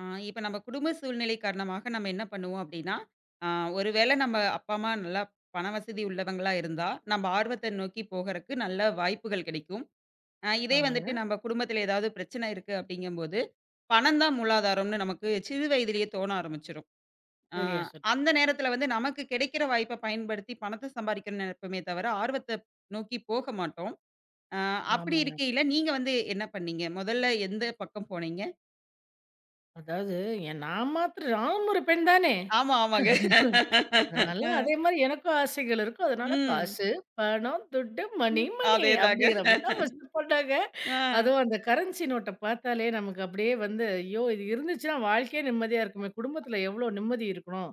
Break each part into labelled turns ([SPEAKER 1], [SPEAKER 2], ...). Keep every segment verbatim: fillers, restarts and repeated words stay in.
[SPEAKER 1] ஆ, இப்ப நம்ம குடும்ப சூழ்நிலை காரணமாக நம்ம என்ன பண்ணுவோம் அப்படின்னா, ஆ ஒருவேளை நம்ம அப்பா, அம்மா நல்லா பண வசதி உள்ளவங்களா இருந்தா, நம்ம ஆர்வத்த நோக்கி போகறக்கு நல்ல வாய்ப்புகள் கிடைக்கும். அ இதே
[SPEAKER 2] ஆமாங்க.
[SPEAKER 1] வந்துட்டு நம்ம குடும்பத்தில ஏதாவது பிரச்சனை இருக்கு அப்படிங்கும்போது, பணம் தான் மூலாதாரம்னு நமக்கு சிறு வயதிலேயே தோண ஆரம்பிச்சுரும். ஆ
[SPEAKER 2] சரியா சொன்
[SPEAKER 1] அந்த நேரத்தில வந்து நமக்கு கிடைக்கிற வாய்ப்ப பயன்படுத்தி பணத்த சம்பாரிக்கணும்னு நெனைப்போமே தவிர, ஆர்வத்த நோக்கி போக மாட்டோம். ஆ அப்படி
[SPEAKER 2] ஆமாங்க.
[SPEAKER 1] இருக்கையில நீங்க வந்து என்ன பண்ணீங்க? முதல்ல எந்த பக்கம் போனீங்க?
[SPEAKER 2] அதாவது என் நான் மாத்திரம் நானும் ஒரு பெண் தானே!
[SPEAKER 1] ஆமா, ஆமாங்க.
[SPEAKER 2] அதனால
[SPEAKER 1] அ.
[SPEAKER 2] அதே மாரி எனக்கும் ஆசைகள் இருக்கும். அதனால
[SPEAKER 1] ம்.
[SPEAKER 2] காசு, பணம், துட்டு, மணி, மணி
[SPEAKER 1] அதேதாங்க.
[SPEAKER 2] அப்டிங்கிற மாரி தான் ஃபர்ஸ்ட்டு போட்டாங்க.
[SPEAKER 1] ஆ.
[SPEAKER 2] அதுவும் அந்த கரன்சி நோட்ட பார்த்தாலே நமக்கு அப்படியே வந்து, ஐயோ! இது இருந்துச்சுன்னா வாழ்க்கையே நிம்மதியா இருக்குமே! குடும்பத்தில எவ்ளோ நிம்மதி இருக்கணும்.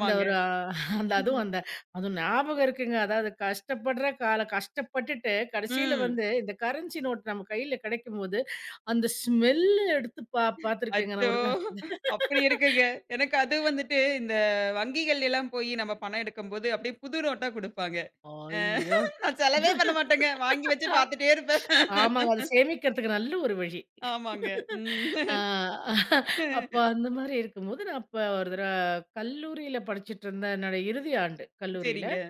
[SPEAKER 2] இந்த ஒரு அஹ், அந்த அதுவும்
[SPEAKER 1] ம்ஹ்ம்.
[SPEAKER 2] அந்த அதுவும் ஞாபகம் இருக்குங்க. அதாவது கஷ்டப்படுற கால கஷ்டப்பட்டுட்டு கடைசியில
[SPEAKER 1] ம்.
[SPEAKER 2] வந்து இந்த கரன்சி நோட் நம்ம கையில கிடைக்கும்போது, அந்த ஸ்மெல்ல எடுத்து பா பார்த்துருக்கேங்க
[SPEAKER 1] அச்சோ!
[SPEAKER 2] நான் ஒரு காலத்துல.
[SPEAKER 1] அப்படி இருக்குங்க. எனக்கு அது வந்துட்டு இந்த வங்கிகள்லாம் போயி நம்ம பணம் எடுக்கும்போது அப்படியே புது நோட்டா குடுப்பாங்க. அ
[SPEAKER 2] ஐயோ!
[SPEAKER 1] நான் செலவே பண்ண மாட்டேங்க. வாங்கி வச்சு பார்த்துட்டே இருப்பேன்.
[SPEAKER 2] ஆமாங்க. அத சேமிக்கிறதுக்கு நல்ல ஒரு வழி.
[SPEAKER 1] ஆமாங்க. ம்.
[SPEAKER 2] ஆ அப்ப அந்த மாரி இருக்கும்போது, நான் அப்ப ஒரு தடவ கல்லூரியில படிச்சுட்டுருந்த என்னோட இறுதி ஆண்டு கல்லூரியில.
[SPEAKER 1] சரிங்க.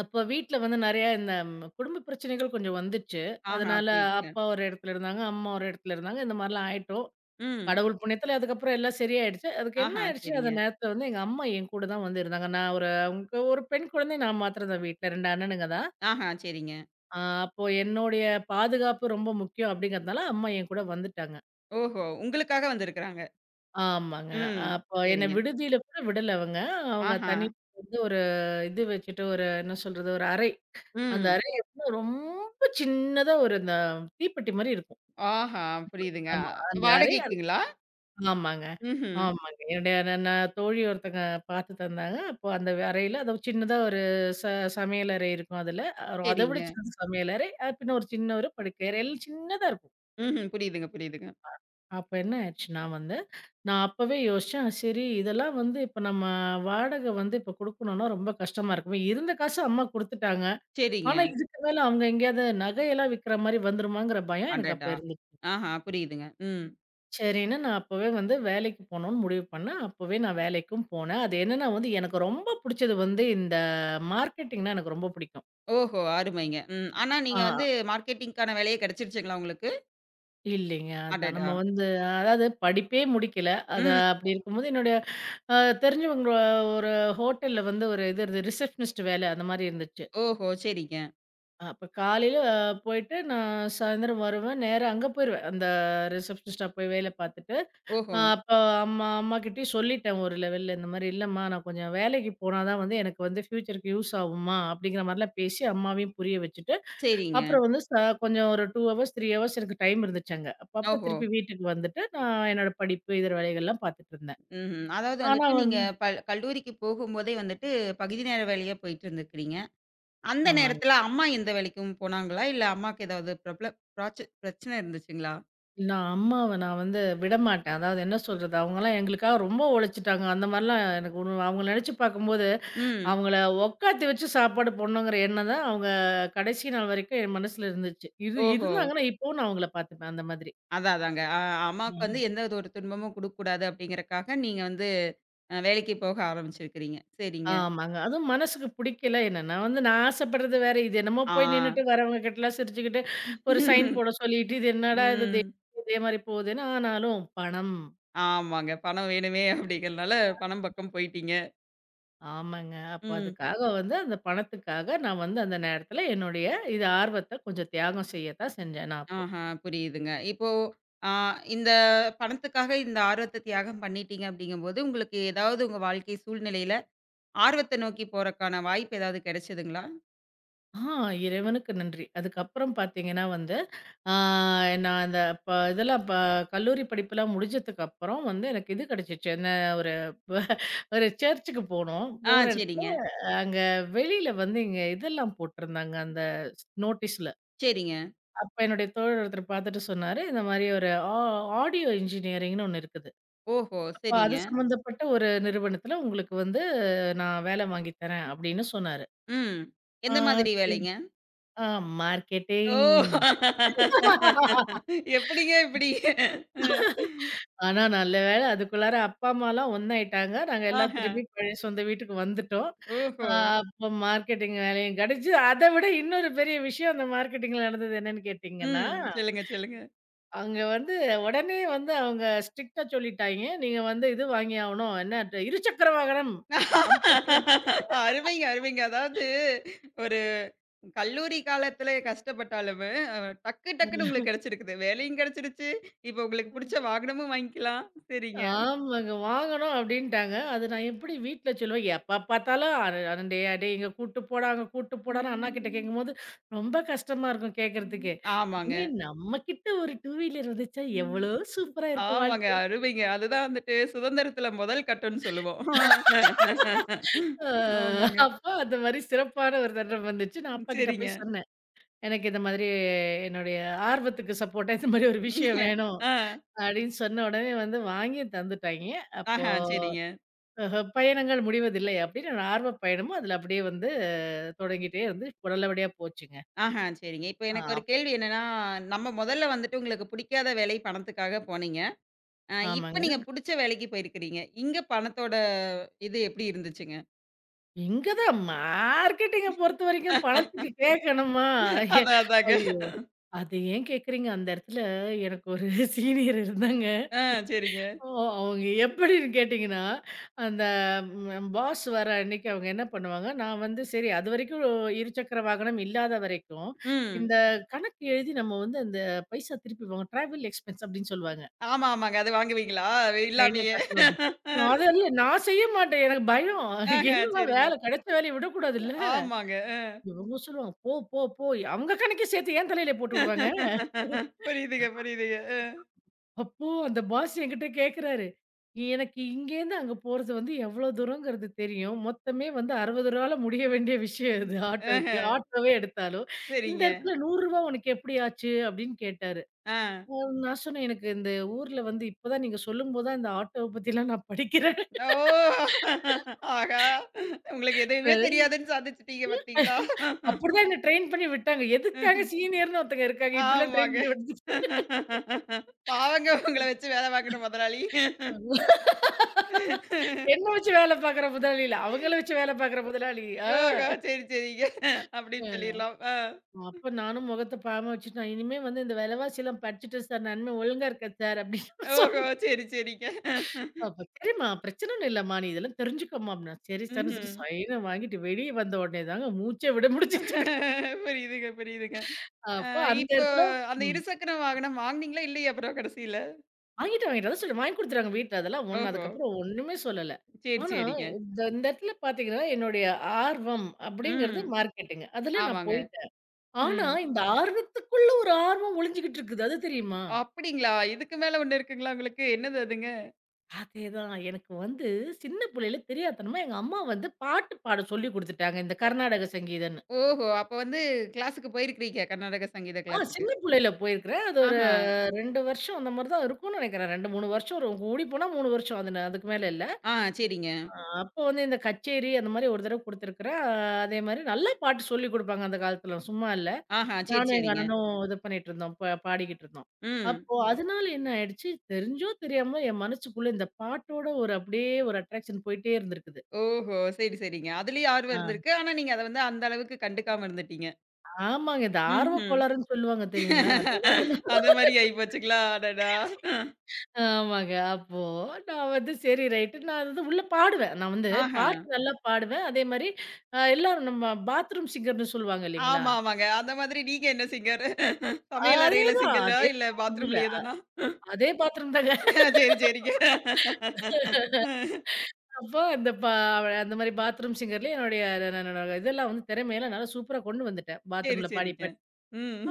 [SPEAKER 2] அப்ப வீட்ல வந்து நெறையா இந்த ம் குடும்ப பிரச்சனைகள் கொஞ்சம் வந்துச்சு.
[SPEAKER 1] ஆஹா
[SPEAKER 2] அதனால
[SPEAKER 1] புரியுதுங்க.
[SPEAKER 2] அப்பா ஒரு இடத்துல இருந்தாங்க, அம்மா ஒரு இடத்துல இருந்தாங்க. இந்த மாரிலாம் ஆயிட்டோம்.
[SPEAKER 1] ம்.
[SPEAKER 2] கடவுள் புண்ணியத்துல அதுக்கப்புறம் எல்லாம் சரியாயிடுச்சு. அதுக்கு என்ன
[SPEAKER 1] ஆஹா
[SPEAKER 2] ஆயிடுச்சுன்னா,
[SPEAKER 1] சரிங்க.
[SPEAKER 2] அந்த நேரத்துல வந்து எங்க அம்மா என் கூட தான் வந்து இருந்தாங்க. நான் ஒரு அவங்க ஒரு பெண் குழந்தை நான் மாத்திரம் தான் வீட்ல. ரெண்டு அண்ணனுங்க தான்.
[SPEAKER 1] ஆஹா சரிங்க.
[SPEAKER 2] ஆ அப்போ என்னுடைய பாதுகாப்பு ரொம்ப முக்கியம் அப்படிங்கிறதுனால, அம்மா என் கூட வந்துட்டாங்க.
[SPEAKER 1] ஓஹோ! உங்களுக்காக வந்திருக்கிறாங்க.
[SPEAKER 2] ஆமாங்க.
[SPEAKER 1] ம்.
[SPEAKER 2] அப்போ என்ன
[SPEAKER 1] சரிங்க.
[SPEAKER 2] விடுதியில கூட விடல அவங்க. அவங்க
[SPEAKER 1] ஆஹா.
[SPEAKER 2] தனி வந்து ஒரு இது வச்சுட்டு ஒரு என்ன சொல்றது? ஒரு அறை. அந்த
[SPEAKER 1] ம்.
[SPEAKER 2] அறை எப்படின்னா ரொம்ப சின்னதா ஒரு இந்த தீப்பெட்டி மாரி இருக்கும்.
[SPEAKER 1] ஆஹா புரியுதுங்க.
[SPEAKER 2] ஆமா. அந்த அறை அது
[SPEAKER 1] வாடகைக்குங்களா?
[SPEAKER 2] ஆமாங்க.
[SPEAKER 1] ம்ஹ்ம்.
[SPEAKER 2] ஆமாங்க. என்னுடைய ந ந தோழி ஒருத்தங்க பார்த்து தந்தாங்க. அப்போ அந்த அறையில அது சின்னதா ஒரு ச சமையலறை இருக்கும் அதுல. அத விட
[SPEAKER 1] சரிங்க.
[SPEAKER 2] சின்ன சமையலறை, அ பின்ன ஒரு சின்ன ஒரு படுக்கை அறை. எல்லாம் சின்னதா இருக்கும்.
[SPEAKER 1] ம்ஹ்ம். புரியுதுங்க, புரியுதுங்க.
[SPEAKER 2] அப்ப என்ன ஆயிடுச்சுன்னா வந்து, நான் அப்பவே யோசிச்சேன், சரி இதெல்லாம் வந்து இப்ப நம்ம வாடகை வந்து இப்ப குடுக்கணும்னா ரொம்ப கஷ்டமா இருக்குமே. இருந்த காச அம்மா குடுத்துட்டாங்க.
[SPEAKER 1] சரிங்க.
[SPEAKER 2] ஆனா இதுக்கு மேல அவங்க எங்கேயாவது நகையெல்லாம் விக்கிற மாரி வந்துருமாங்கிற பயம் எனக்கு அப்ப
[SPEAKER 1] அடடா!
[SPEAKER 2] இருந்துச்சு.
[SPEAKER 1] ஆஹா, புரியுதுங்க. ம்.
[SPEAKER 2] சரின்னு நான் அப்பவே வந்து வேலைக்கு போணும்னு முடிவு பண்ணேன். அப்பவே நான் வேலைக்கும் போனேன். அது என்னன்னா வந்து எனக்கு ரொம்ப புடிச்சது வந்து இந்த மார்க்கெட்டிங்னா எனக்கு ரொம்ப பிடிக்கும்.
[SPEAKER 1] ஓஹோ! அருமைங்க. ம். ஆனா
[SPEAKER 2] ஆ.
[SPEAKER 1] நீங்க வந்து மார்க்கெட்டிங்க்கான வேலையே கிடைச்சிருச்சுங்களா உங்களுக்கு?
[SPEAKER 2] இல்லைங்க. அதான்
[SPEAKER 1] அடடா!
[SPEAKER 2] நம்ம வந்து அதாவது படிப்பே முடிக்கல. அது
[SPEAKER 1] ம்.
[SPEAKER 2] அப்படி இருக்கும்போது என்னுடைய அ தெரிஞ்சவங்க ஒரு ஹோட்டல்ல வந்து ஒரு இது இருந்தது. ரிசப்ஷனிஸ்ட் வேலை அந்த மாரி இருந்துச்சு.
[SPEAKER 1] ஓஹோ! சரிங்க.
[SPEAKER 2] அப்ப காலையில போயிட்டு நான் சாயந்தரம் வருவேன். நேரா அங்க போயிருவேன். அந்த ரிசப்ஷனிஸ்ட்டா போய் வேலை பார்த்துட்டு,
[SPEAKER 1] ஓஹோ!
[SPEAKER 2] அ அப்ப அம்மா அம்மாகிட்டயும் சொல்லிட்டேன் ஒரு லெவல்ல. இந்த மாரி இல்லம்மா நான் கொஞ்சம் வேலைக்கு போனா தான் வந்து எனக்கு வந்து ஃப்யூச்சருக்கு யூஸ் ஆகும்மா, அப்படிங்கிற மாரிலாம் பேசி அம்மாவையும் புரிய வச்சுட்டு
[SPEAKER 1] சரிங்க.
[SPEAKER 2] அப்புறம் வந்து ச கொஞ்சம் ஒரு டூ ஹவர்ஸ், த்ரீ ஹவர்ஸ் எனக்கு டைம் இருந்துச்சு அங்க. அப்பப்ப
[SPEAKER 1] ஓஹோ!
[SPEAKER 2] திருப்பி வீட்டுக்கு வந்துட்டு, நான் என்னோட படிப்பு இதர வேலைகள்லாம் பார்த்துட்டுருந்தேன்.
[SPEAKER 1] ம்ஹ்ம். அதாவது
[SPEAKER 2] ஆனா
[SPEAKER 1] வந்துட்டு நீங்க
[SPEAKER 2] வந்து
[SPEAKER 1] பல் கல்லூரிக்கு போகும்போதே வந்துட்டு பகுதி நேர வேலையா போயிட்டு இருந்துக்கிறீங்க. அந்த
[SPEAKER 2] ஆமாங்க.
[SPEAKER 1] நேரத்துல அம்மா எந்த வேலைக்கும் போனாங்களா? இல்ல அம்மாக்கு ஏதாவது ப்ரப்ளம் ப்ராச்ச பிரச்சனை இருந்துச்சுங்களா?
[SPEAKER 2] நான் அம்மாவ நான் வந்து விடமாட்டேன். அதாவது என்ன சொல்றது, அவங்கலாம் எங்களுக்காக ரொம்ப உழைச்சுட்டாங்க. அந்த மாரிலாம் எனக்கு ஒண்ணு அவங்கள நெனச்சு பார்க்கும்போது,
[SPEAKER 1] ம்.
[SPEAKER 2] அவங்கள உட்காத்தி வச்சு சாப்பாடு போடணுங்கிற எண்ணம் தான் அவங்க கடைசி நாள் வரைக்கும் என் மனசுல இருந்துச்சு. இரு
[SPEAKER 1] ஓஹோ!
[SPEAKER 2] இருந்தாங்கன்னா இப்பவும் நான் அவங்கள பார்த்துப்பேன் அந்த மாதிரி.
[SPEAKER 1] அதான் அதாங்க. அ அம்மாவுக்கு வந்து எந்த ஒரு துன்பமும் குடுக்கக்கூடாது அப்படிங்கிறக்காக, நீங்க வந்து அ வேலைக்கு போக ஆரம்பிச்சிருக்கிறீங்க. சரிங்க.
[SPEAKER 2] ஆமாங்க. அதுவும் மனசுக்கு பிடிக்கல என்னன்னா வந்து நான் ஆசைப்படுறது வேற. இது என்னமோ
[SPEAKER 1] ஆ.
[SPEAKER 2] போய் நின்னுட்டு வரவங்க கிட்டலாம் சிரிச்சுக்கிட்டு, ஒரு சைன் போட சொல்லிட்டு, இது என்னடா இது இதே
[SPEAKER 1] ம்.
[SPEAKER 2] இதே மாரி போகுதுன்னு. ஆனாலும் பணம்.
[SPEAKER 1] ஆமாங்க. பணம் வேணுமே அப்படிங்கிறனால பணம் பக்கம் போயிட்டீங்க.
[SPEAKER 2] ஆமாங்க. அப்ப
[SPEAKER 1] ம்.
[SPEAKER 2] அதுக்காக வந்து அந்த பணத்துக்காக நான் வந்து அந்த நேரத்தில என்னுடைய இது ஆர்வத்த கொஞ்சம் தியாகம் செய்ய தான் செஞ்சேன் நான் அப்போ.
[SPEAKER 1] ஆஹா, புரியுதுங்க. இப்போ அ இந்த பணத்துக்காக இந்த ஆர்வத்த தியாகம் பண்ணிட்டீங்க அப்படிங்கும்போது, உங்களுக்கு ஏதாவது உங்க வாழ்க்கை சூழ்நிலையில ஆர்வத்த நோக்கி போறக்கான வாய்ப்பு ஏதாவது கிடைச்சதுங்களா?
[SPEAKER 2] ஆ இறைவனுக்கு நன்றி. அதுக்கப்புறம் பார்த்தீங்கன்னா வந்து, ஆ நான் அந்த ப இதெல்லாம் ப கல்லூரி படிப்பெல்லாம் முடிஞ்சதுக்கு அப்புறம் வந்து எனக்கு இது கிடைச்சிச்சு. என்ன ஒரு ப- ஒரு சர்ச்சுக்கு போனோம்.
[SPEAKER 1] ஆ
[SPEAKER 2] போன
[SPEAKER 1] சரிங்க,
[SPEAKER 2] இடத்துல அங்க வெளியில வந்து இங்க இதெல்லாம் போட்டிருந்தாங்க அந்த நோட்டீஸ்ல.
[SPEAKER 1] சரிங்க.
[SPEAKER 2] அப்ப என்னுடைய தோழர் ஒருத்தர் பார்த்துட்டு சொன்னாரு, இந்த மாரி ஒரு ஆ ஆடியோ இன்ஜினியரிங்ன்னு ஒண்ணு இருக்குது.
[SPEAKER 1] ஓஹோ!
[SPEAKER 2] அப்ப
[SPEAKER 1] சரிங்க.
[SPEAKER 2] அது சம்மந்தப்பட்ட ஒரு நிறுவனத்துல உங்களுக்கு வந்து நான் வேலை வாங்கி தரேன் அப்படின்னு சொன்னாரு.
[SPEAKER 1] ம்.
[SPEAKER 2] ஆ
[SPEAKER 1] எந்த மாதிரி
[SPEAKER 2] சரி.
[SPEAKER 1] வேலைங்க?
[SPEAKER 2] ஆ
[SPEAKER 1] ஓ!
[SPEAKER 2] மார்க்கெட்டிங்.
[SPEAKER 1] எப்படிங்க இப்படி? அ,
[SPEAKER 2] ஆனா நல்ல வேளை அதுக்குள்ளார அப்பா, அம்மாலாம் ஒண்ணாயிட்டாங்க. நாங்க எல்லாம்
[SPEAKER 1] ஆஹா,
[SPEAKER 2] திரும்பி பழைய சொந்த வீட்டுக்கு வந்துட்டோம். அ
[SPEAKER 1] ஓஹோ!
[SPEAKER 2] அப்போ மார்க்கெட்டிங் வேலையும் கிடைச்சு, அத விட இன்னொரு பெரிய விஷயம் அந்த மார்க்கெட்டிங்ல நடந்தது என்னன்னு கேட்டீங்கன்னா,
[SPEAKER 1] ம். சொல்லுங்க, சொல்லுங்க.
[SPEAKER 2] அங்க வந்து உடனே வந்து அவங்க ஸ்ட்ரிக்ட்டா சொல்லிட்டாய்ங்க. நீங்க வந்து இது வாங்கியாகணும். என்ன ட இருசக்கர வாகனம்
[SPEAKER 1] அருமைங்க, அருமைங்க. அதாவது ஒரு கல்லூரி காலத்துல கஷ்டப்பட்டாலும், அ டக்கு டக்குன்னு
[SPEAKER 2] கம்பல்சரி
[SPEAKER 1] உங்களுக்கு கிடைச்சிருக்குது. வேலையும் கிடைச்சிருச்சு. இப்ப உங்களுக்கு புடிச்ச வாகனமும் வாங்கிக்கலாம். சரிங்க.
[SPEAKER 2] ஆமாங்க. வாங்கணும் அப்டின்ட்டாங்க. அது நான் எப்படி வீட்ல சொல்லுவேன். எப்ப பார்த்தாலும் அட அட டேய் டேய் இங்க கூட்டு போடா, அங்க கூட்டு போடான்னு அண்ணா கிட்ட
[SPEAKER 1] ம்,
[SPEAKER 2] கேட்கும்போது, ரொம்ப கஷ்டமா இருக்கும்
[SPEAKER 1] ம்.
[SPEAKER 2] கேட்கறதுக்கே.
[SPEAKER 1] ஆமாங்க.
[SPEAKER 2] இனிமே நம்ம கிட்ட ஒரு டூ வீலர் இருந்துச்சா
[SPEAKER 1] ம்.
[SPEAKER 2] எவ்வளோ சூப்பரா இருக்கும்
[SPEAKER 1] ஆமாங்க.
[SPEAKER 2] வாழ்க்கை.
[SPEAKER 1] அருமைங்க. அதுதான் வந்துட்டு சுதந்திரத்துல முதல் கட்டம்ன்னு சொல்லுவோம்.
[SPEAKER 2] ஆ
[SPEAKER 1] ஆமாங்க.
[SPEAKER 2] அப்போ அந்த மாரி சிறப்பான ஒரு தருணம் வந்துச்சு. நான் அப்பா கிட்ட
[SPEAKER 1] சரிங்க.
[SPEAKER 2] போய் சொன்னேன். எனக்கு இந்த மாதிரி என்னுடைய ஆர்வத்துக்கு சப்போர்ட்டா இந்த மாரி ஒரு விஷயம் வேணும்.
[SPEAKER 1] ஆ.
[SPEAKER 2] அப்டின்னு சொன்ன உடனே வந்து வாங்கி தந்துட்டாய்ங்க. அப்போ
[SPEAKER 1] ஆஹா, சரிங்க.
[SPEAKER 2] அஹ, பயணங்கள் முடிவதில்லை அப்படின்னு ஒரு ஆர்வப் பயணமும் அதில அப்படியே வந்து தொடங்கிட்டே இருந்து நல்லபடியா போச்சுங்க.
[SPEAKER 1] ஆஹா, சரிங்க. இப்ப
[SPEAKER 2] ஆ.
[SPEAKER 1] எனக்கு ஒரு
[SPEAKER 2] அப்
[SPEAKER 1] கேள்வி என்னன்னா, நம்ம முதல்ல வந்துட்டு உங்களுக்கு புடிக்காத வேலை பணத்துக்காக போனீங்க. அ இப்ப
[SPEAKER 2] ஆமாங்க.
[SPEAKER 1] நீங்க புடிச்ச வேலைக்கு போயிருக்கிறீங்க. இங்க பணத்தோட இது எப்படி இருந்துச்சுங்க?
[SPEAKER 2] இங்க தான் மார்க்கெட்டிங்க பொறுத்தவரைக்கும் பணத்துக்கு கேட்கணுமா? எ
[SPEAKER 1] அதான் அதாங்க.
[SPEAKER 2] ஐயோ! அத ஏன் கேட்கிறீங்க? அந்த இடத்துல எனக்கு ஒரு சீனியர் இருந்தாங்க.
[SPEAKER 1] ஆ சரிங்க.
[SPEAKER 2] ஓ அவங்க எப்படின்னு கேட்டீங்கன்னா, அந்த ம் பாஸ் வர அன்னைக்கு அவங்க என்ன பண்ணுவாங்க, நான் வந்து சரி அதுவரைக்கும் இருசக்கர வாகனம் இல்லாத வரைக்கும்,
[SPEAKER 1] ம்.
[SPEAKER 2] இந்த கணக்கு எழுதி நம்ம வந்து அந்த பைசா திருப்பி வாங்க டிராவல் எக்ஸ்பென்ஸ் அப்படின்னு சொல்லுவாங்க.
[SPEAKER 1] ஆமா, ஆமாங்க. அது வாங்குவீங்களா?
[SPEAKER 2] என்ன
[SPEAKER 1] இல்லாமயே.
[SPEAKER 2] கஷ்டம். அதெல்ல நான் செய்ய மாட்டேன். எனக்கு பயம்.
[SPEAKER 1] ஆஹா,
[SPEAKER 2] என்னடா
[SPEAKER 1] சரிங்க.
[SPEAKER 2] வேலை கிடைச்ச வேலைய விடக்கூடாதுல்ல.
[SPEAKER 1] ஆமாங்க.
[SPEAKER 2] இவங்க சொல்லுவாங்க, "போ, போ, போ." அவங்க கணக்கே சேர்த்து என் தலையில போட்டு விடுவாங்க.
[SPEAKER 1] புரியுதுங்க, புரியுதுங்க. அ.
[SPEAKER 2] அப்போ அந்த பாஸ் என்கிட்ட கேட்குறாரு, "எனக்கு இங்கேருந்து அங்க போறது வந்து எவ்வளோ தூரங்கிறது தெரியும். மொத்தமே வந்து ரூ. 60ல முடிய வேண்டிய விஷயம் இது
[SPEAKER 1] ஆஹ,
[SPEAKER 2] ஆட்டோவுக்கு. ஆட்டோவே எடுத்தாலும். இந்த
[SPEAKER 1] சரிங்க.
[SPEAKER 2] இடத்துல ரூ. நூறு ரூபாய் உனக்கு எப்படி ஆச்சு?" அப்படின்னு கேட்டாரு.
[SPEAKER 1] ஆ.
[SPEAKER 2] அ நான் சொன்னேன், "எனக்கு இந்த ஊர்ல வந்து இப்பதான் நீங்க சொல்லும்போது தான் இந்த ஆட்டோவ பத்திலாம் நான் படிக்கிறேன்."
[SPEAKER 1] ஓ! ஆஹா! உங்களுக்கு எதுவுமே
[SPEAKER 2] வெல்.
[SPEAKER 1] தெரியாதுன்னு சாதிச்சுட்டீங்க பாத்தீங்களா?
[SPEAKER 2] அப்படிதான் என்ன ட்ரெயின் பண்ணி விட்டாங்க. எதுக்காக சீனியர்ன்னு ஒருத்தங்க இருக்காங்க. இப்படிலாம் ட்ரெயின்
[SPEAKER 1] ஆமாங்க.
[SPEAKER 2] பண்ணி விடுறது.
[SPEAKER 1] பாவங்க உங்கள வச்சு வேல பாக்குற முதலாளி.
[SPEAKER 2] என்ன வச்சு வேலை பார்க்குற முதலாளி இல்ல. அவங்கள வச்சு வேலை பார்க்குற முதலாளி. ஆ.
[SPEAKER 1] ஓஹோ! சரி, சரிங்க. அப்படின்னு
[SPEAKER 2] ம்.
[SPEAKER 1] சொல்லிரலாம். ஆ.
[SPEAKER 2] அப்ப நானும் முகத்த பாவமா வச்சுட்டு, நான் இனிமே வந்து இந்த விலைவாசிலாம் படிச்சுட்டேன் சார். நான் இனிமே ஒழுங்கா இருக்கேன் சார் அப்படின்னு
[SPEAKER 1] ஓஹோ!
[SPEAKER 2] சொன்னேன்.
[SPEAKER 1] சரி, சரிங்க.
[SPEAKER 2] பாப்பா. சரிம்மா பிரச்சனை ஒண்ணும் இல்லம்மா. நீ இதெல்லாம் தெரிஞ்சுக்கம்மா அப்படின்னா. சரி சார்ன்னு
[SPEAKER 1] ம்ஹ்ம்.
[SPEAKER 2] சொல்லிட்டு சைன வாங்கிட்டு வெளிய வந்த உடனே தாங்க மூச்சே விட முடிஞ்சுச்சு எனக்கு.
[SPEAKER 1] புரியுதுங்க, புரியுதுங்க. அ
[SPEAKER 2] அப்போ அந்த
[SPEAKER 1] இப்போ
[SPEAKER 2] இடத்துல
[SPEAKER 1] அந்த
[SPEAKER 2] ம்.
[SPEAKER 1] இருசக்கர வாகனம் வாங்குனீங்களா? இல்லையா அப்புறம் கடைசில?
[SPEAKER 2] வாங்கிட்டு வாங்கிட்டு அதான் சொல்றேன். வாங்கி குடுத்துட்டாங்க வீட்ல. அதெல்லாம் ஒண்ணு.
[SPEAKER 1] ஓஹோ!
[SPEAKER 2] அதுக்கப்புறம் ஒண்ணுமே சொல்லல.
[SPEAKER 1] சரி,
[SPEAKER 2] ஆனா,
[SPEAKER 1] சரிங்க.
[SPEAKER 2] இந்த இந்த இடத்துல பார்த்தீங்கன்னா, என்னுடைய ஆர்வம் அப்படிங்கிறது
[SPEAKER 1] ம்.
[SPEAKER 2] மார்க்கெட்டிங். அதுல நான்
[SPEAKER 1] ஆமாங்க.
[SPEAKER 2] போயிட்டேன். ஆனா,
[SPEAKER 1] ம்.
[SPEAKER 2] இந்த ஆர்வத்துக்குள்ள ஒரு ஆர்வம் ஒளிஞ்சுகிட்டு இருக்குது. அது தெரியுமா?
[SPEAKER 1] அப்படிங்களா? இதுக்கு மேல ஒண்ணு இருக்குங்களா உங்களுக்கு? என்னது அதுங்க?
[SPEAKER 2] அதேதான். எனக்கு வந்து சின்ன புள்ளையில தெரியாத்தனமா எங்க அம்மா வந்து பாட்டு பாட சொல்லிக் குடுத்துட்டாங்க. இந்த கர்நாடக சங்கீதம்ன்னு.
[SPEAKER 1] ஓஹோ! அப்ப வந்து கிளாஸுக்கு போயிருக்கிறீங்க, கர்நாடக சங்கீத
[SPEAKER 2] ஆ
[SPEAKER 1] கிளாஸுக்கு.
[SPEAKER 2] சின்ன புள்ளையில போயிருக்கிறேன். அது ஒரு
[SPEAKER 1] ஆஹா.
[SPEAKER 2] ரெண்டு வருஷம் அந்த மாரி தான் இருக்கும்னு நெனைக்கிறேன். ரெண்டு, மூணு வருஷம் ஒரு கூடி போனா மூணு வருஷம். அது ந- அதுக்கு மேல இல்ல.
[SPEAKER 1] ஆ சரிங்க.
[SPEAKER 2] அ அப்போ வந்து இந்த கச்சேரி அந்த மாரி ஒரு தடவ குடுத்துருக்கிறேன். அ அதே மாரி நல்லா பாட்டு சொல்லிக் குடுப்பாங்க அந்த காலத்துல. சும்மா இல்ல.
[SPEAKER 1] ஆஹா. சரி,
[SPEAKER 2] நானும் எங்க
[SPEAKER 1] சரிங்க.
[SPEAKER 2] அண்ணனும் இது பண்ணிட்டு இருந்தோம். ப பாடிக்கிட்டு இருந்தோம்.
[SPEAKER 1] ம்.
[SPEAKER 2] அப்போ அதனால என்ன ஆயிடுச்சு, தெரிஞ்சோ தெரியாமோ என் மனசுக்குள்ள இந்த பாட்டோட ஒரு அப்படியே ஒரு அட்ராக்ஷன் போயிட்டே இருந்திருக்குது.
[SPEAKER 1] ஓஹோ! சரி, சரிங்க. அதுலயும் ஆர்வம்
[SPEAKER 2] ஆ.
[SPEAKER 1] இருந்திருக்கு. ஆனா நீங்க அத வந்து அந்த அளவுக்கு கண்டுக்காம இருந்துட்டீங்க.
[SPEAKER 2] ஆமாங்க. இந்த ஆர்வக்
[SPEAKER 1] ம்ஹ்ம்.
[SPEAKER 2] கோளாறுன்னு சொல்லுவாங்க தெரியுங்களா? அதேதாங்க.
[SPEAKER 1] அந்த மாரி ஆயிப்போச்சுங்களா? அடடா!
[SPEAKER 2] ஆமாங்க. அப்போ நான் வந்து சரி ரைட்டு நான் அது உள்ள பாடுவேன். நான் வந்து
[SPEAKER 1] ஆஹா.
[SPEAKER 2] பாட்டு நல்லா பாடுவேன். அதே மாரி அ எல்லாரும் நம்ம பாத்ரூம் சிங்கர்ன்னு சொல்லுவாங்க இல்லைங்களா?
[SPEAKER 1] ஆமா, ஆமாங்க. அந்த மாதிரி நீங்க என்ன சிங்கர்? சமையல் அறையில
[SPEAKER 2] அதேதான்.
[SPEAKER 1] சிங்கலா?
[SPEAKER 2] அதே
[SPEAKER 1] இல்ல பாத்ரூம்லயே தானா?
[SPEAKER 2] அதே பாத்ரூம் தாங்க.
[SPEAKER 1] சரி, சரிங்க.
[SPEAKER 2] அப்போ அந்த பா அந்த மாரி பாத்ரூம் சிங்கர்லயே என்னுடைய என்னோட இதெல்லாம் வந்து திறமையெல்லாம் நல்லா சூப்பரா கொண்டு வந்துட்டேன்.
[SPEAKER 1] சரி,
[SPEAKER 2] பாத்ரூம்ல பாடி,
[SPEAKER 1] சரிங்க.
[SPEAKER 2] பாடி.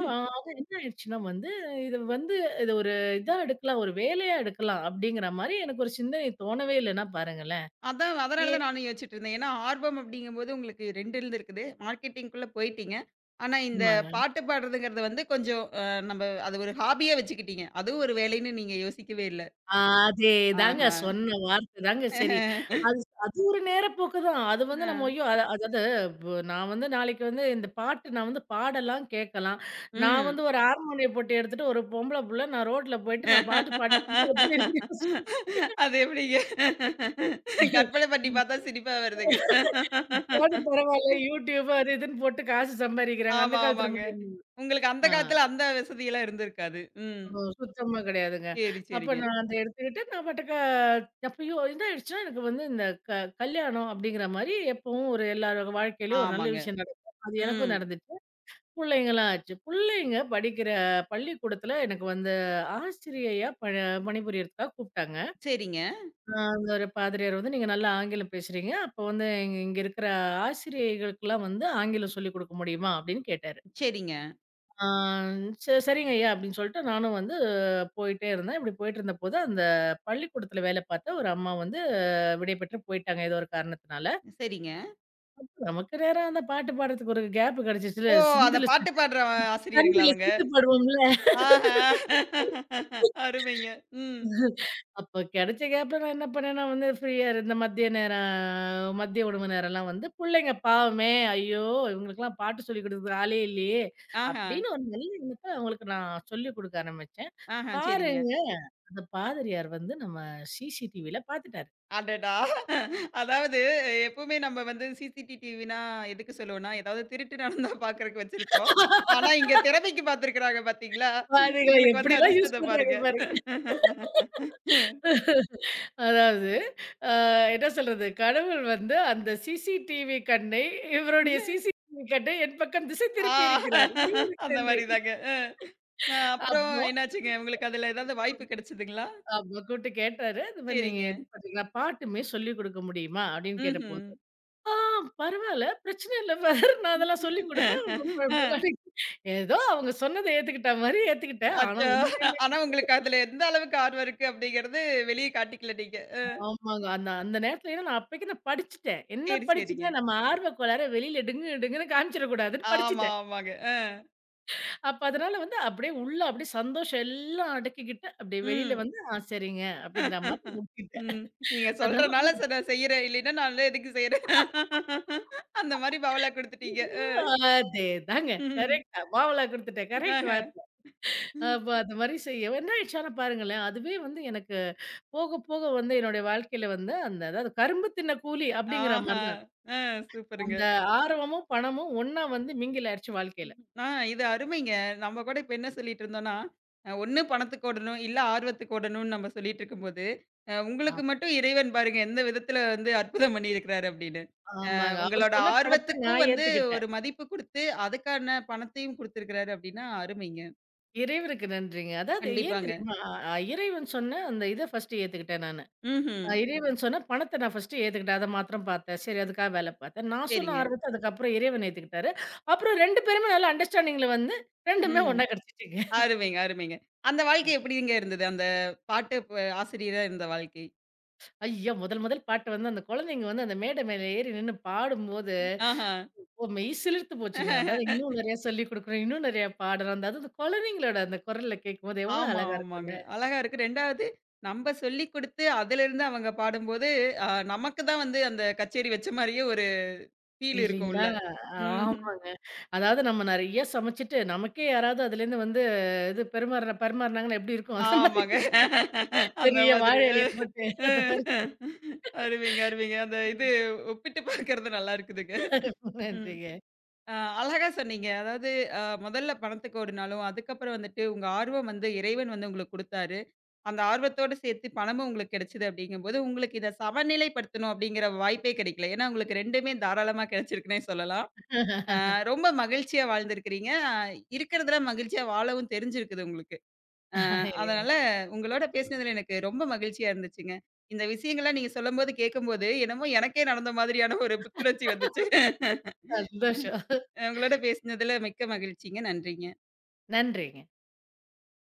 [SPEAKER 2] அ அது என்ன ஆயிடுச்சுன்னா வந்து, இது வந்து இது ஒரு இதா எடுக்கலாம், ஒரு வேலையா எடுக்கலாம் அப்படிங்கிற மாரி எனக்கு ஒரு சிந்தனை தோணவே இல்லன்னா பாருங்களேன்.
[SPEAKER 1] அதான்
[SPEAKER 2] ஏ
[SPEAKER 1] அதனால தான் நானும் யோசிச்சுட்டு இருந்தேன். ஏன்னா, ஆர்வம் அப்படிங்கும்போது உங்களுக்கு ரெண்டு இருந்திருக்குது. மார்க்கெட்டிங்குள்ள போயிட்டீங்க. ஆனா, இந்த
[SPEAKER 2] ஆமாங்க.
[SPEAKER 1] பாட்டு பாடுறதுங்கிறது வந்து கொஞ்சம் அ நம்ம அது ஒரு ஹாபியா வச்சுக்கிட்டீங்க. அதுவும் ஒரு வேலைன்னு நீங்க யோசிக்கவே இல்ல.
[SPEAKER 2] ஆ, அதேதாங்க.
[SPEAKER 1] ஆஹா.
[SPEAKER 2] சொன்ன வார்த்தை தாங்க சரி. அது அது ஒரு நேரப்போக்கு தான். அது வந்து
[SPEAKER 1] ஆ.
[SPEAKER 2] நம்ம ஐயோ! அத அதாவது பு நான் வந்து நாளைக்கு வந்து இந்த பாட்டு நான் வந்து பாடலாம், கேட்கலாம். நான்
[SPEAKER 1] ம்.
[SPEAKER 2] வந்து ஒரு ஹார்மோனிய போட்டு எடுத்துட்டு ஒரு பொம்பள புள்ள நான் ரோட்ல போயிட்டு நான் பாட்டு பாடிட்டு இருந்தா எப்படி இருக்குன்னு
[SPEAKER 1] அது எப்படிங்க? கற்பனை பண்ணி பார்த்தா சிரிப்பா வருதுங்க.
[SPEAKER 2] இப்பயாவது பரவால்ல. யூடியூப் அது இதுன்னு போட்டு காசு சம்பாரிக்கிறாங்க. அந்த
[SPEAKER 1] ஆமா,
[SPEAKER 2] காலத்துல
[SPEAKER 1] ஆமாங்க.
[SPEAKER 2] முடியுமா?
[SPEAKER 1] உங்களுக்கு அந்த
[SPEAKER 2] ஆ.
[SPEAKER 1] காலத்துல அந்த வசதியெல்லாம் இருந்திருக்காது. ம்.
[SPEAKER 2] ஓ! சுத்தமா கிடையாதுங்க.
[SPEAKER 1] சரி,
[SPEAKER 2] அப்ப
[SPEAKER 1] சரிங்க.
[SPEAKER 2] நான் அத எடுத்துக்கிட்டு நான் பாட்டுக்கு அப்பயும் என்ன ஆயிடுச்சுன்னா, எனக்கு வந்து இந்த க கல்யாணம் அப்படிங்கிற மாரி எப்பவும் ஒரு எல்லாரோட வாழ்க்கையிலயும் ஒரு நல்ல
[SPEAKER 1] ஆமாங்க.
[SPEAKER 2] விஷயம் நடக்கும். அது எனக்கும்
[SPEAKER 1] ம்.
[SPEAKER 2] நடந்துச்சு. புள்ளைங்கலாம் ஆச்சு. புள்ளைங்க படிக்கிற பள்ளிக்கூடத்துல எனக்கு வந்து ஆசிரியையா ப பணிபுரியறதுக்காக கூப்பிட்டாங்க.
[SPEAKER 1] சரிங்க,
[SPEAKER 2] அ அந்த ஒரு பாதிரியார் வந்து, "நீங்க நல்லா ஆங்கிலம் பேசுறீங்க. அப்போ வந்து இங்க இங்க இருக்கிற ஆசிரியைகளுக்கெல்லாம் வந்து ஆங்கிலம் சொல்லிக் குடுக்க முடியுமா?" அப்படின்னு கேட்டாரு.
[SPEAKER 1] சரிங்க.
[SPEAKER 2] ஆ ச சரிங்க ஐயா! அப்படின்னு சொல்லிட்டு நானும் வந்து போயிட்டே இருந்தேன். இப்படி போயிட்டு இருந்தபோது, அந்த பள்ளிக்கூடத்தில வேலை பார்த்த ஒரு அம்மா வந்து விடைபெற்று போயிட்டாங்க. ஏதோ ஒரு காரணத்தினால.
[SPEAKER 1] சரிங்க.
[SPEAKER 2] அப்ப நமக்கு நேரம் அந்த பாட்டு பாடுறதுக்கு ஒரு கேப் கிடைச்சிச்சுல.
[SPEAKER 1] ஓ! அந்த
[SPEAKER 2] சிந்துல
[SPEAKER 1] பாட்டு பாடுற ஆசிரியருங்களா
[SPEAKER 2] சந்தில
[SPEAKER 1] அவங்க?
[SPEAKER 2] சிந்து பாடுவோம்ல.
[SPEAKER 1] ஆஹா! அருமைங்க. ம்.
[SPEAKER 2] அப்ப கிடைச்ச கேப்ல நான் என்ன பண்ணேன்னா வந்து ஃப்ரீயா இருந்த மதிய நேரம் மதிய உணவு நேரம்லாம் வந்து பிள்ளைங்க பாவமே! ஐயோ! இவங்களுக்கெல்லாம் பாட்டு சொல்லிக் கொடுக்குறதுக்கு ஆளே இல்லையே!
[SPEAKER 1] ஆஹா,
[SPEAKER 2] அப்படின்னு ஒரு நல்ல எண்ணத்த அவங்களுக்கு நான் சொல்லிக் கொடுக்க ஆரம்பிச்சேன்.
[SPEAKER 1] ஆஹா. சரிங்க.
[SPEAKER 2] பாருங்க அந்த பாதிரியார் வந்து நம்ம சிசிடிவில பாத்துட்டாரு.
[SPEAKER 1] அடடா! அதாவது எப்பவுமே நம்ம வந்து சிசிடிடிவினா எதுக்கு சொல்லுவோம்னா, ஏதாவது திருட்டு நடந்தா பார்க்கறக்கு வச்சிருப்போம். ஆனா இங்க திறமைக்கு பார்த்திருக்கிறாங்க பார்த்தீங்களா?
[SPEAKER 2] பாருங்க
[SPEAKER 1] உங்களுக்கு வந்து
[SPEAKER 2] எப்படிலாம் யூஸ்
[SPEAKER 1] அதிர்ஷ்டத்த
[SPEAKER 2] பண்றாங்க
[SPEAKER 1] பாருங்க.
[SPEAKER 2] பாருங்க. அதாவது அ என்ன சொல்றது? கடவுள் வந்து அந்த சிசிடிவி கண்ணை இவருடைய சிசிடிவி கண்ணை என் பக்கம் திசை திருப்பி
[SPEAKER 1] ஆ
[SPEAKER 2] இருக்கிறார். இறைவனுக்கு
[SPEAKER 1] அந்த
[SPEAKER 2] நன்றி.
[SPEAKER 1] மாரி தாங்க. அ அ அப்புறம்
[SPEAKER 2] அப்போ
[SPEAKER 1] என்னாச்சுங்க? உங்களுக்கு அதுல ஏதாவது வாய்ப்பு கிடைச்சதுங்களா?
[SPEAKER 2] அப்போ கூப்ட்டு கேட்டாரு. "இது மாரி நீங்க
[SPEAKER 1] சரிங்க.
[SPEAKER 2] இது பார்த்தீங்களா? பாட்டுமே சொல்லிக் குடுக்க முடியுமா?" அப்படின்னு
[SPEAKER 1] ம்ஹ்ம்.
[SPEAKER 2] கேட்டபோது, "ஆ பரவால்ல. பிரச்சனை இல்ல ஃபாதர். நான் அதெல்லாம் சொல்லிக் குடுப்பேன். ஒண்ணும் குழப்பம் இல்ல." ஏதோ அவங்க சொன்னத ஏத்துக்கிட்ட மாரி ஏத்துக்கிட்டேன். ஆனா
[SPEAKER 1] அச்சோ! ஆனா உங்களுக்கு அதுல எந்த அளவுக்கு ஆர்வம் இருக்கு அப்படிங்கிறது வெளிய காட்டிக்கல நீங்க. அ
[SPEAKER 2] ஆமாங்க. அந்த அந்த நேரத்துல ஏன்னா நான் அப்பைக்கு நான் படிச்சுட்டேன். என்ன
[SPEAKER 1] சரி, சரிங்க.
[SPEAKER 2] படிச்சுட்டேன், நம்ம ஆர்வ கோளாற வெளியில டிங்கு, டிங்குன்னு காமிச்சிடக்கூடாதுன்னு
[SPEAKER 1] ஆமா,
[SPEAKER 2] படிச்சுட்டேன்.
[SPEAKER 1] ஆமாங்க. அ.
[SPEAKER 2] அப்ப அதனால வந்து அப்படியே உள்ள அப்படியே சந்தோஷம் எல்லாம் அடக்கிக்கிட்டு, அப்படியே வெளியில
[SPEAKER 1] ம்.
[SPEAKER 2] வந்து, "ஆ சரிங்க" அப்படிங்கிற மாதிரி முடிச்சுட்டேன்.
[SPEAKER 1] ம். நீங்க
[SPEAKER 2] அதனால
[SPEAKER 1] சொல்றனால சரி நான் செய்றேன். இல்லைன்னா நான்லாம் எதுக்கு செய்றேன்? அந்த மாரி பவலா குடுத்துட்டீங்க. அ.
[SPEAKER 2] அதேதாங்க.
[SPEAKER 1] ம்.
[SPEAKER 2] கரெக்ட்டா பாவலா குடுத்துட்டேன். கரெக்ட்
[SPEAKER 1] ஆஹ.
[SPEAKER 2] வார்த்தை. அப்ப அந்த மாரி செய்ய என்ன ஆயிடுச்சு பாருங்களேன், அதுவே வந்து எனக்கு போக போக வந்து என்னுடைய வாழ்க்கையில வந்து அந்த அதாவது கரும்பு தின்ன கூலி அப்படிங்கிற
[SPEAKER 1] ஆஹா.
[SPEAKER 2] மாரி தான்.
[SPEAKER 1] அ சூப்பருங்க.
[SPEAKER 2] அந்த ஆர்வமும், பணமும் ஒண்ணா வந்து மிங்கில் ஆயிடுச்சு வாழ்க்கையில.
[SPEAKER 1] ஆ இது அருமைங்க. நம்ம கூட இப்ப என்ன சொல்லிட்டு இருந்தோம்னா, அ ஒண்ணு பணத்துக்கு ஓடணும், இல்ல ஆர்வத்துக்கு ஓடணும்னு நம்ம சொல்லிட்டு இருக்கும்போது, அ உங்களுக்கு மட்டும் இறைவன் பாருங்க எந்த விதத்துல வந்து அற்புதம் பண்ணியிருக்கிறாரு அப்படின்னு.
[SPEAKER 2] ஆமாங்க. அவர்
[SPEAKER 1] உங்களோட
[SPEAKER 2] சொன்ன படத்த
[SPEAKER 1] ஆர்வத்துக்கும்
[SPEAKER 2] நான்
[SPEAKER 1] வந்து
[SPEAKER 2] ஏத்துக்கிட்டேன்.
[SPEAKER 1] ஒரு மதிப்பு குடுத்து, அதுக்கான பணத்தையும் குடுத்திருக்கிறாரு அப்டின்னா, அருமைங்க.
[SPEAKER 2] இறைவனுக்கு நன்றிங்க. அதாவது ஏன்
[SPEAKER 1] கண்டிப்பாங்க.
[SPEAKER 2] தெரியுமா? அ இறைவன் சொன்ன அந்த இத ஃபர்ஸ்ட்டு ஏத்துக்கிட்டேன் நானு.
[SPEAKER 1] ம்ஹ்ம்.
[SPEAKER 2] அ இறைவன் சொன்ன பணத்த நான் ஃபர்ஸ்ட்டு ஏத்துக்கிட்டேன். அத மாத்திரம் பார்த்தேன். சரி அதுக்காக வேல பார்த்தேன். நான் சொன்ன
[SPEAKER 1] சரிங்க.
[SPEAKER 2] ஆர்வத்த அதுக்கப்புறம் இறைவன் ஏத்துக்கிட்டாரு. அப்புறம் ரெண்டு பேருமே நல்ல அண்டர்ஸ்டாண்டிங்ல வந்து ரெண்டுமே
[SPEAKER 1] ம்.
[SPEAKER 2] ஒண்ணா கிடைச்சுச்சுங்க.
[SPEAKER 1] அருமைங்க, அருமைங்க. அந்த வாழ்க்கை எப்டிங்க இருந்தது? அந்த பாட்டு ப ஆசிரியரா இருந்த வாழ்க்கை?
[SPEAKER 2] ஐயா! முதல் முதல் பாட்டு வந்து அந்த குழந்தைங்க வந்து அந்த மேடை மேல ஏறி நின்னு பாடும்போது,
[SPEAKER 1] ஆஹா.
[SPEAKER 2] ஓ! மெய் சிலிர்த்து போச்சுங்க. அதாவது இன்னும் நெறையா சொல்லிக் குடுக்கணும், இன்னும் நெறையா பாடணும். அந்த அதுவும் அந்த குழந்தைங்களோட அந்த குரல்ல கேட்கும்போது எவ்வளோ
[SPEAKER 1] ஆமா,
[SPEAKER 2] அழகா இருக்கும்.
[SPEAKER 1] ஆமாங்க. அழகா இருக்கு. ரெண்டாவது நம்ப சொல்லிக் குடுத்து, அதிலிருந்து அவங்க பாடும்போது, அ நமக்கு தான் வந்து அந்த கச்சேரி வச்ச மாரியே ஒரு ஃபீல் இருக்கும்
[SPEAKER 2] இல்லீங்களா?
[SPEAKER 1] உள்ள. ம்ஹ்ம்.
[SPEAKER 2] ஆமாங்க. அதாவது நம்ம நெறைய சமைச்சுட்டு, நமக்கே யாராவது அதுலேருந்து வந்து இது பெருமாறுனா பரிமாறுனாங்கன்னா எப்டி இருக்கும்? அந்த மாரி
[SPEAKER 1] ஆமாங்க. அந்த
[SPEAKER 2] பெரிய வாழ
[SPEAKER 1] மாதிரி.
[SPEAKER 2] இலைய போட்டு
[SPEAKER 1] அருமைங்க, அருமைங்க. அந்த இது ஒப்பிட்டு பார்க்கறது நல்லா இருக்குதுங்க. ம்.
[SPEAKER 2] நன்றிங்க.
[SPEAKER 1] அ அழகா சொன்னீங்க. அதாவது அ முதல்ல பணத்துக்கு ஓடுனாலும், அதுக்கப்புறம் வந்துட்டு உங்க ஆர்வம் வந்து இறைவன் வந்து உங்களுக்கு குடுத்தாரு. அந்த ஆர்வத்தோட சேர்த்து பணமும் உங்களுக்கு கிடைச்சது அப்படிங்கும்போது, உங்களுக்கு இத சமநிலைப்படுத்தணும் அப்படிங்கிற வாய்ப்பே கிடைக்கல. ஏன்னா, உங்களுக்கு ரெண்டுமே தாராளமா கிடைச்சிருக்குன்னே சொல்லலாம். அ ரொம்ப மகிழ்ச்சியா வாழ்ந்திருக்கிறீங்க. அ இருக்கிறதுல மகிழ்ச்சியா வாழவும் தெரிஞ்சிருக்குது உங்களுக்கு. அ அதனால உங்களோட பேசினதுல எனக்கு ரொம்ப மகிழ்ச்சியா இருந்துச்சுங்க. இந்த விஷயங்கள்லாம் நீங்க சொல்லும்போது, கேட்கும்போது என்னமோ எனக்கே நடந்த மாதிரியான ஒரு புத்துணர்ச்சி வந்துச்சு.
[SPEAKER 2] சந்தோஷம்.
[SPEAKER 1] அ உங்களோட பேசினதுல மிக்க மகிழ்ச்சிங்க. நன்றிங்க.
[SPEAKER 2] நன்றிங்க.